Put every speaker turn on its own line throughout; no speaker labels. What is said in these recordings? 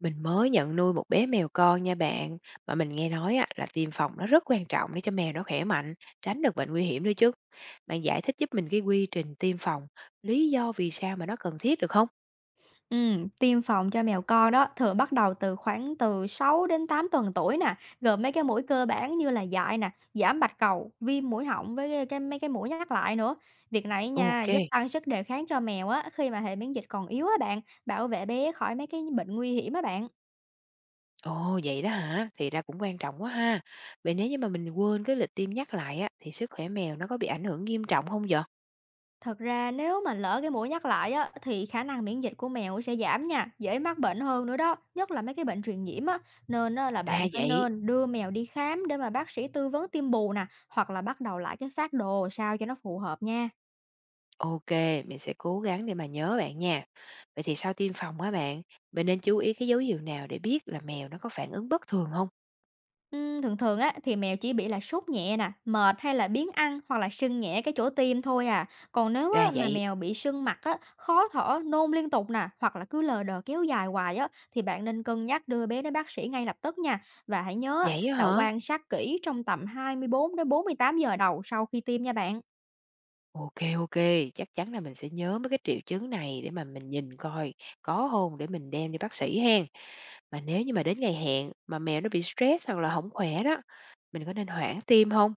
Mình mới nhận nuôi một bé mèo con nha bạn, mà mình nghe nói á, là tiêm phòng nó rất quan trọng để cho mèo nó khỏe mạnh, tránh được bệnh nguy hiểm nữa chứ. Bạn giải thích giúp mình cái quy trình tiêm phòng, lý do vì sao mà nó cần thiết được không?
Tiêm phòng cho mèo con đó thường bắt đầu khoảng từ 6 đến 8 tuần tuổi nè, gồm mấy cái mũi cơ bản như là dại nè, giảm bạch cầu, viêm mũi họng với cái mấy cái mũi nhắc lại nữa. Việc này nha
Ok.
giúp tăng sức đề kháng cho mèo á khi mà hệ miễn dịch còn yếu á bạn, bảo vệ bé khỏi mấy cái bệnh nguy hiểm á bạn.
Ồ vậy đó hả? Thì ra cũng quan trọng quá ha. Vậy nếu như mà mình quên cái lịch tiêm nhắc lại á, thì sức khỏe mèo nó có bị ảnh hưởng nghiêm trọng không vậy?
Thật ra nếu mà lỡ cái mũi nhắc lại á, thì khả năng miễn dịch của mèo sẽ giảm nha, dễ mắc bệnh hơn nữa đó, nhất là mấy cái bệnh truyền nhiễm á. Nên á, là
Ra
bạn phải
vậy,
nên đưa mèo đi khám để mà bác sĩ tư vấn tiêm bù nè, hoặc là bắt đầu lại cái phác đồ sao cho nó phù hợp nha.
ok, mình sẽ cố gắng để mà nhớ bạn nha. Vậy thì sau tiêm phòng á bạn, mình nên chú ý cái dấu hiệu nào để biết là mèo nó có phản ứng bất thường không?
Thường thường á, thì mèo chỉ bị là sốt nhẹ nè, mệt hay là biếng ăn hoặc là sưng nhẹ cái chỗ tiêm thôi à. Còn nếu
Ra
á, mà
vậy,
mèo bị sưng mặt á, khó thở, nôn liên tục nè, hoặc là cứ lờ đờ kéo dài hoài á, thì bạn nên cân nhắc đưa bé đến bác sĩ ngay lập tức nha. Và hãy nhớ á,
vậy á
là
hả?
quan sát kỹ trong tầm 24 đến 48 giờ đầu sau khi tiêm nha bạn.
Ok, ok, chắc chắn là mình sẽ nhớ mấy cái triệu chứng này để mà mình nhìn coi có hông để mình đem đi bác sĩ hen. Mà nếu như mà đến ngày hẹn mà mèo nó bị stress hoặc là hổng khỏe đó, mình có nên hoãn tiêm không?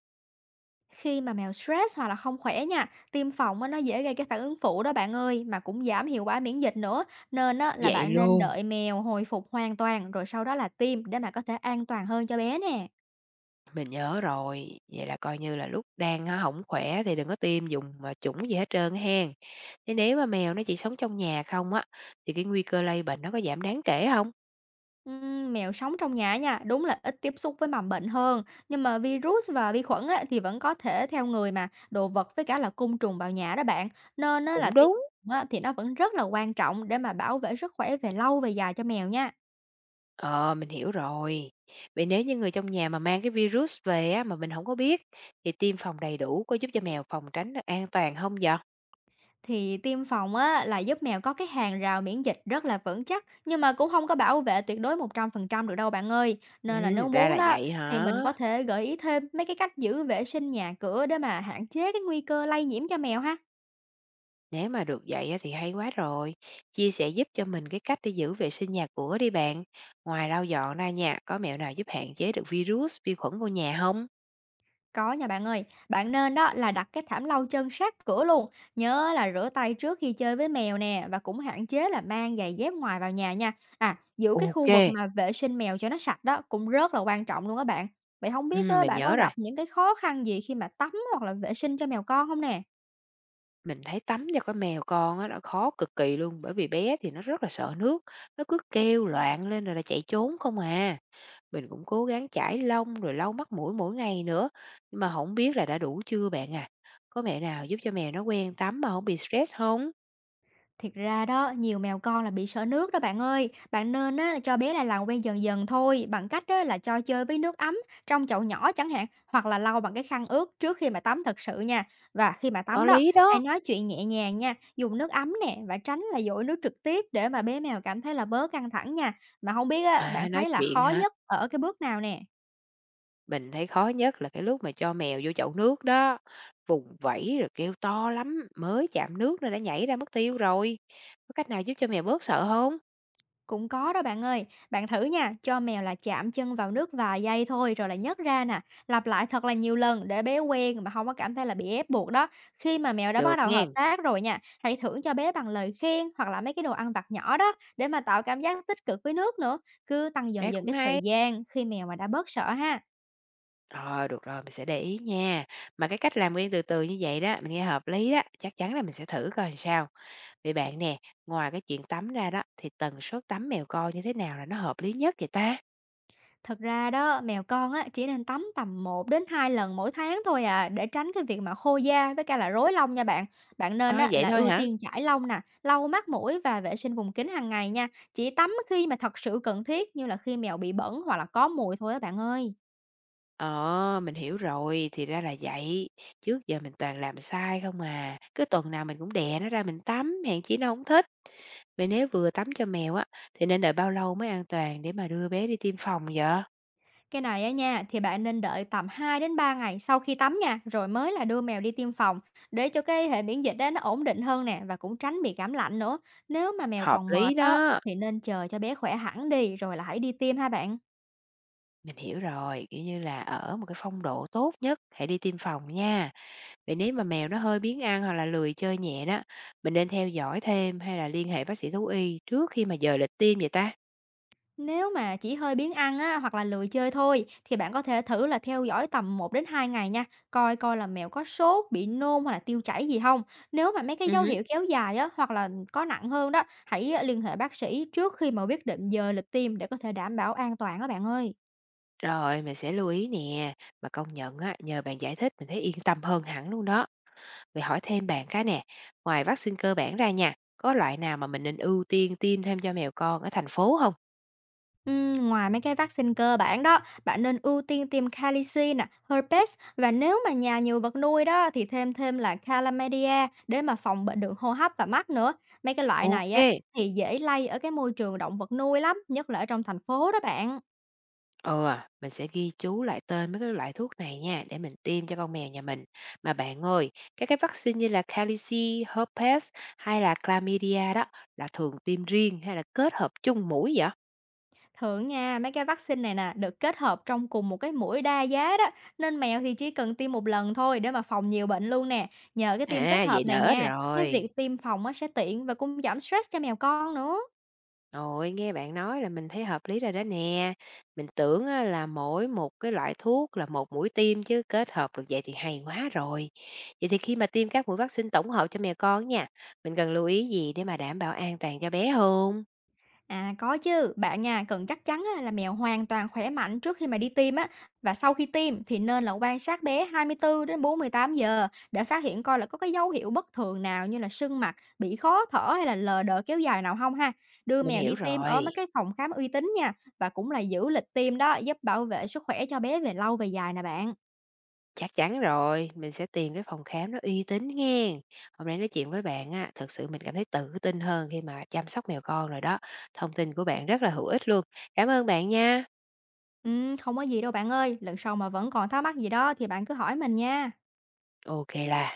Khi mà mèo stress hoặc là không khỏe nha, tiêm phòng á, nó dễ gây cái phản ứng phụ đó bạn ơi, mà cũng giảm hiệu quả miễn dịch nữa. Nên á, là
Vậy
bạn nên
luôn,
đợi mèo hồi phục hoàn toàn rồi sau đó là tiêm để mà có thể an toàn hơn cho bé nè.
mình nhớ rồi, vậy là coi như là lúc đang á hổng khỏe thì đừng có tiêm dùng mà chủng gì hết trơn á hen. Thế nếu mà mèo nó chỉ sống trong nhà không á, thì cái nguy cơ lây bệnh nó có giảm đáng kể không?
Mèo sống trong nhà nha, đúng là ít tiếp xúc với mầm bệnh hơn. Nhưng mà virus và vi khuẩn á, thì vẫn có thể theo người mà, đồ vật với cả là côn trùng vào nhà đó bạn. Nên á, là
Cũng
tiêm
đúng.
phòng á, thì nó vẫn rất là quan trọng để mà bảo vệ sức khỏe về lâu về dài cho mèo nha.
Ờ, mình hiểu rồi. Vậy nếu như người trong nhà mà mang cái virus về á, mà mình không có biết, thì tiêm phòng đầy đủ có giúp cho mèo phòng tránh được an toàn không vậy?
Thì tiêm phòng á là giúp mèo có cái hàng rào miễn dịch rất là vững chắc nhưng mà cũng không có bảo vệ tuyệt đối 100% được đâu bạn ơi. Nên là nếu
Ra
muốn
là
đó
vậy
thì
hả?
mình có thể gợi ý thêm mấy cái cách giữ vệ sinh nhà cửa để mà hạn chế cái nguy cơ lây nhiễm cho mèo ha.
Nếu mà được vậy á, thì hay quá rồi. Chia sẻ giúp cho mình cái cách để giữ vệ sinh nhà cửa đi bạn. Ngoài lau dọn ra nha, có mẹo nào giúp hạn chế được virus, vi khuẩn vô nhà không?
Có nha bạn ơi, bạn nên đó là đặt cái thảm lau chân sát cửa luôn, nhớ là rửa tay trước khi chơi với mèo nè và cũng hạn chế là mang giày dép ngoài vào nhà nha. À, giữ cái
Ok
khu
kê.
vực mà vệ sinh mèo cho nó sạch đó cũng rất là quan trọng luôn á bạn. Vậy không biết á,
Mình
bạn có
nhớ rồi.
gặp những cái khó khăn gì khi mà tắm hoặc là vệ sinh cho mèo con không nè?
Mình thấy tắm cho con mèo con á, nó khó cực kỳ luôn, bởi vì bé thì nó rất là sợ nước, nó cứ kêu loạn lên rồi là chạy trốn không à. Mình cũng cố gắng chải lông rồi lau mắt mũi mỗi ngày nữa, nhưng mà không biết là đã đủ chưa bạn à? Có mẹo nào giúp cho mèo nó quen tắm mà không bị stress không?
Thiệt ra đó, nhiều mèo con là bị sợ nước đó bạn ơi. Bạn nên á, là cho bé là làm quen dần dần thôi, bằng cách á, là cho chơi với nước ấm trong chậu nhỏ chẳng hạn, hoặc là lau bằng cái khăn ướt trước khi mà tắm thật sự nha. Và khi mà tắm
Có
đó,
lý
hãy
đó.
nói chuyện nhẹ nhàng nha, dùng nước ấm nè và tránh là dội nước trực tiếp để mà bé mèo cảm thấy là bớt căng thẳng nha. Mà không biết á, bạn
À, nói
thấy là
chuyện
khó
hả?
nhất ở cái bước nào nè?
Mình thấy khó nhất là cái lúc mà cho mèo vô chậu nước đó, vùng vẫy rồi kêu to lắm, mới chạm nước nó đã nhảy ra mất tiêu rồi. Có cách nào giúp cho mèo bớt sợ không?
Cũng có đó bạn ơi, bạn thử nha, cho mèo là chạm chân vào nước vài giây thôi rồi là nhấc ra nè, lặp lại thật là nhiều lần để bé quen mà không có cảm thấy là bị ép buộc đó. Khi mà mèo đã bắt
Được
đầu hợp
nghen,
tác rồi nha, hãy thưởng cho bé bằng lời khen hoặc là mấy cái đồ ăn vặt nhỏ đó để mà tạo cảm giác tích cực với nước nữa. Cứ tăng dần
đấy
dần
cũng
cái thời
hay.
gian khi mèo mà đã bớt sợ ha.
Rồi được rồi, mình sẽ để ý nha. Mà cái cách làm quen từ từ như vậy đó, mình nghe hợp lý đó, chắc chắn là mình sẽ thử coi làm sao. Vậy bạn nè, ngoài cái chuyện tắm ra đó, thì tần suất tắm mèo con như thế nào là nó hợp lý nhất vậy ta?
Thật ra đó, mèo con á, chỉ nên tắm tầm một đến 2 lần mỗi tháng thôi à, để tránh cái việc mà khô da với cả là rối lông nha bạn. Bạn nên
À,
á,
vậy
là
thôi
ưu
hả?
tiên chải lông nè, lau mắt mũi và vệ sinh vùng kính hàng ngày nha. Chỉ tắm khi mà thật sự cần thiết như là khi mèo bị bẩn hoặc là có mùi thôi á bạn ơi.
Ờ, mình hiểu rồi, thì ra là vậy. Trước giờ mình toàn làm sai không à. Cứ tuần nào mình cũng đè nó ra mình tắm, hèn chi nó không thích. Vậy nếu vừa tắm cho mèo á, thì nên đợi bao lâu mới an toàn để mà đưa bé đi tiêm phòng vậy?
Cái này á nha, thì bạn nên đợi tầm 2 đến 3 ngày sau khi tắm nha, rồi mới là đưa mèo đi tiêm phòng để cho cái hệ miễn dịch đó nó ổn định hơn nè và cũng tránh bị cảm lạnh nữa. Nếu mà mèo
Hợp
còn
lý
mệt đó
đó.
thì nên chờ cho bé khỏe hẳn đi rồi là hãy đi tiêm ha bạn.
Mình hiểu rồi, kiểu như là ở một cái phong độ tốt nhất, hãy đi tiêm phòng nha. Vậy nếu mà mèo nó hơi biếng ăn hoặc là lười chơi nhẹ đó, mình nên theo dõi thêm hay là liên hệ bác sĩ thú y trước khi mà giờ lịch tiêm vậy ta?
Nếu mà chỉ hơi biếng ăn á, hoặc là lười chơi thôi thì bạn có thể thử là theo dõi tầm một đến 2 ngày nha, coi coi là mèo có sốt, bị nôn hoặc là tiêu chảy gì không. Nếu mà mấy cái
Ừ
dấu
hứ.
hiệu kéo dài á, hoặc là có nặng hơn đó, hãy liên hệ bác sĩ trước khi mà quyết định giờ lịch tiêm để có thể đảm bảo an toàn á bạn ơi.
Rồi mình sẽ lưu ý nè, mà công nhận á, nhờ bạn giải thích mình thấy yên tâm hơn hẳn luôn đó. Vậy hỏi thêm bạn cái nè, ngoài vaccine cơ bản ra nha, có loại nào mà mình nên ưu tiên tiêm thêm cho mèo con ở thành phố không?
Ngoài mấy cái vaccine cơ bản đó, bạn nên ưu tiên tiêm Calici nè, Herpes và nếu mà nhà nhiều vật nuôi đó thì thêm thêm là Chlamydia để mà phòng bệnh đường hô hấp và mắt nữa. Mấy cái loại này
Ok.
á thì dễ lây ở cái môi trường động vật nuôi lắm, nhất là ở trong thành phố đó bạn.
Ừ, à, mình sẽ ghi chú lại tên mấy cái loại thuốc này nha để mình tiêm cho con mèo nhà mình. Mà bạn ơi, các cái vaccine như là Calici, Herpes hay là Chlamydia đó là thường tiêm riêng hay là kết hợp chung mũi vậy?
Thường nha, mấy cái vaccine này nè được kết hợp trong cùng một cái mũi đa giá đó, nên mèo thì chỉ cần tiêm một lần thôi để mà phòng nhiều bệnh luôn nè. Nhờ cái tiêm kết
À, vậy
hợp này
đỡ
nha, cái
rồi.
việc tiêm phòng á sẽ tiện và cũng giảm stress cho mèo con nữa.
Ôi, nghe bạn nói là mình thấy hợp lý rồi đó nè. Mình tưởng á, là mỗi một cái loại thuốc là một mũi tiêm chứ kết hợp được vậy thì hay quá rồi. Vậy thì khi mà tiêm các mũi vaccine tổng hợp cho mèo con nha, mình cần lưu ý gì để mà đảm bảo an toàn cho bé không?
À, có chứ, bạn à, cần chắc chắn á, là mèo hoàn toàn khỏe mạnh trước khi mà đi tiêm á và sau khi tiêm thì nên là quan sát bé 24 đến 48 giờ để phát hiện coi là có cái dấu hiệu bất thường nào như là sưng mặt, bị khó thở hay là lờ đờ kéo dài nào không ha. Đưa
Mình
mèo đi
hiểu
tiêm ở
rồi,
mấy cái phòng khám uy tín nha và cũng là giữ lịch tiêm đó giúp bảo vệ sức khỏe cho bé về lâu về dài nè bạn.
chắc chắn rồi, mình sẽ tìm cái phòng khám nó uy tín nghen. Hôm nay nói chuyện với bạn á, thực sự mình cảm thấy tự tin hơn khi mà chăm sóc mèo con rồi đó. Thông tin của bạn rất là hữu ích luôn. Cảm ơn bạn nha.
Ừ, không có gì đâu bạn ơi, lần sau mà vẫn còn thắc mắc gì đó thì bạn cứ hỏi mình nha.
OK là.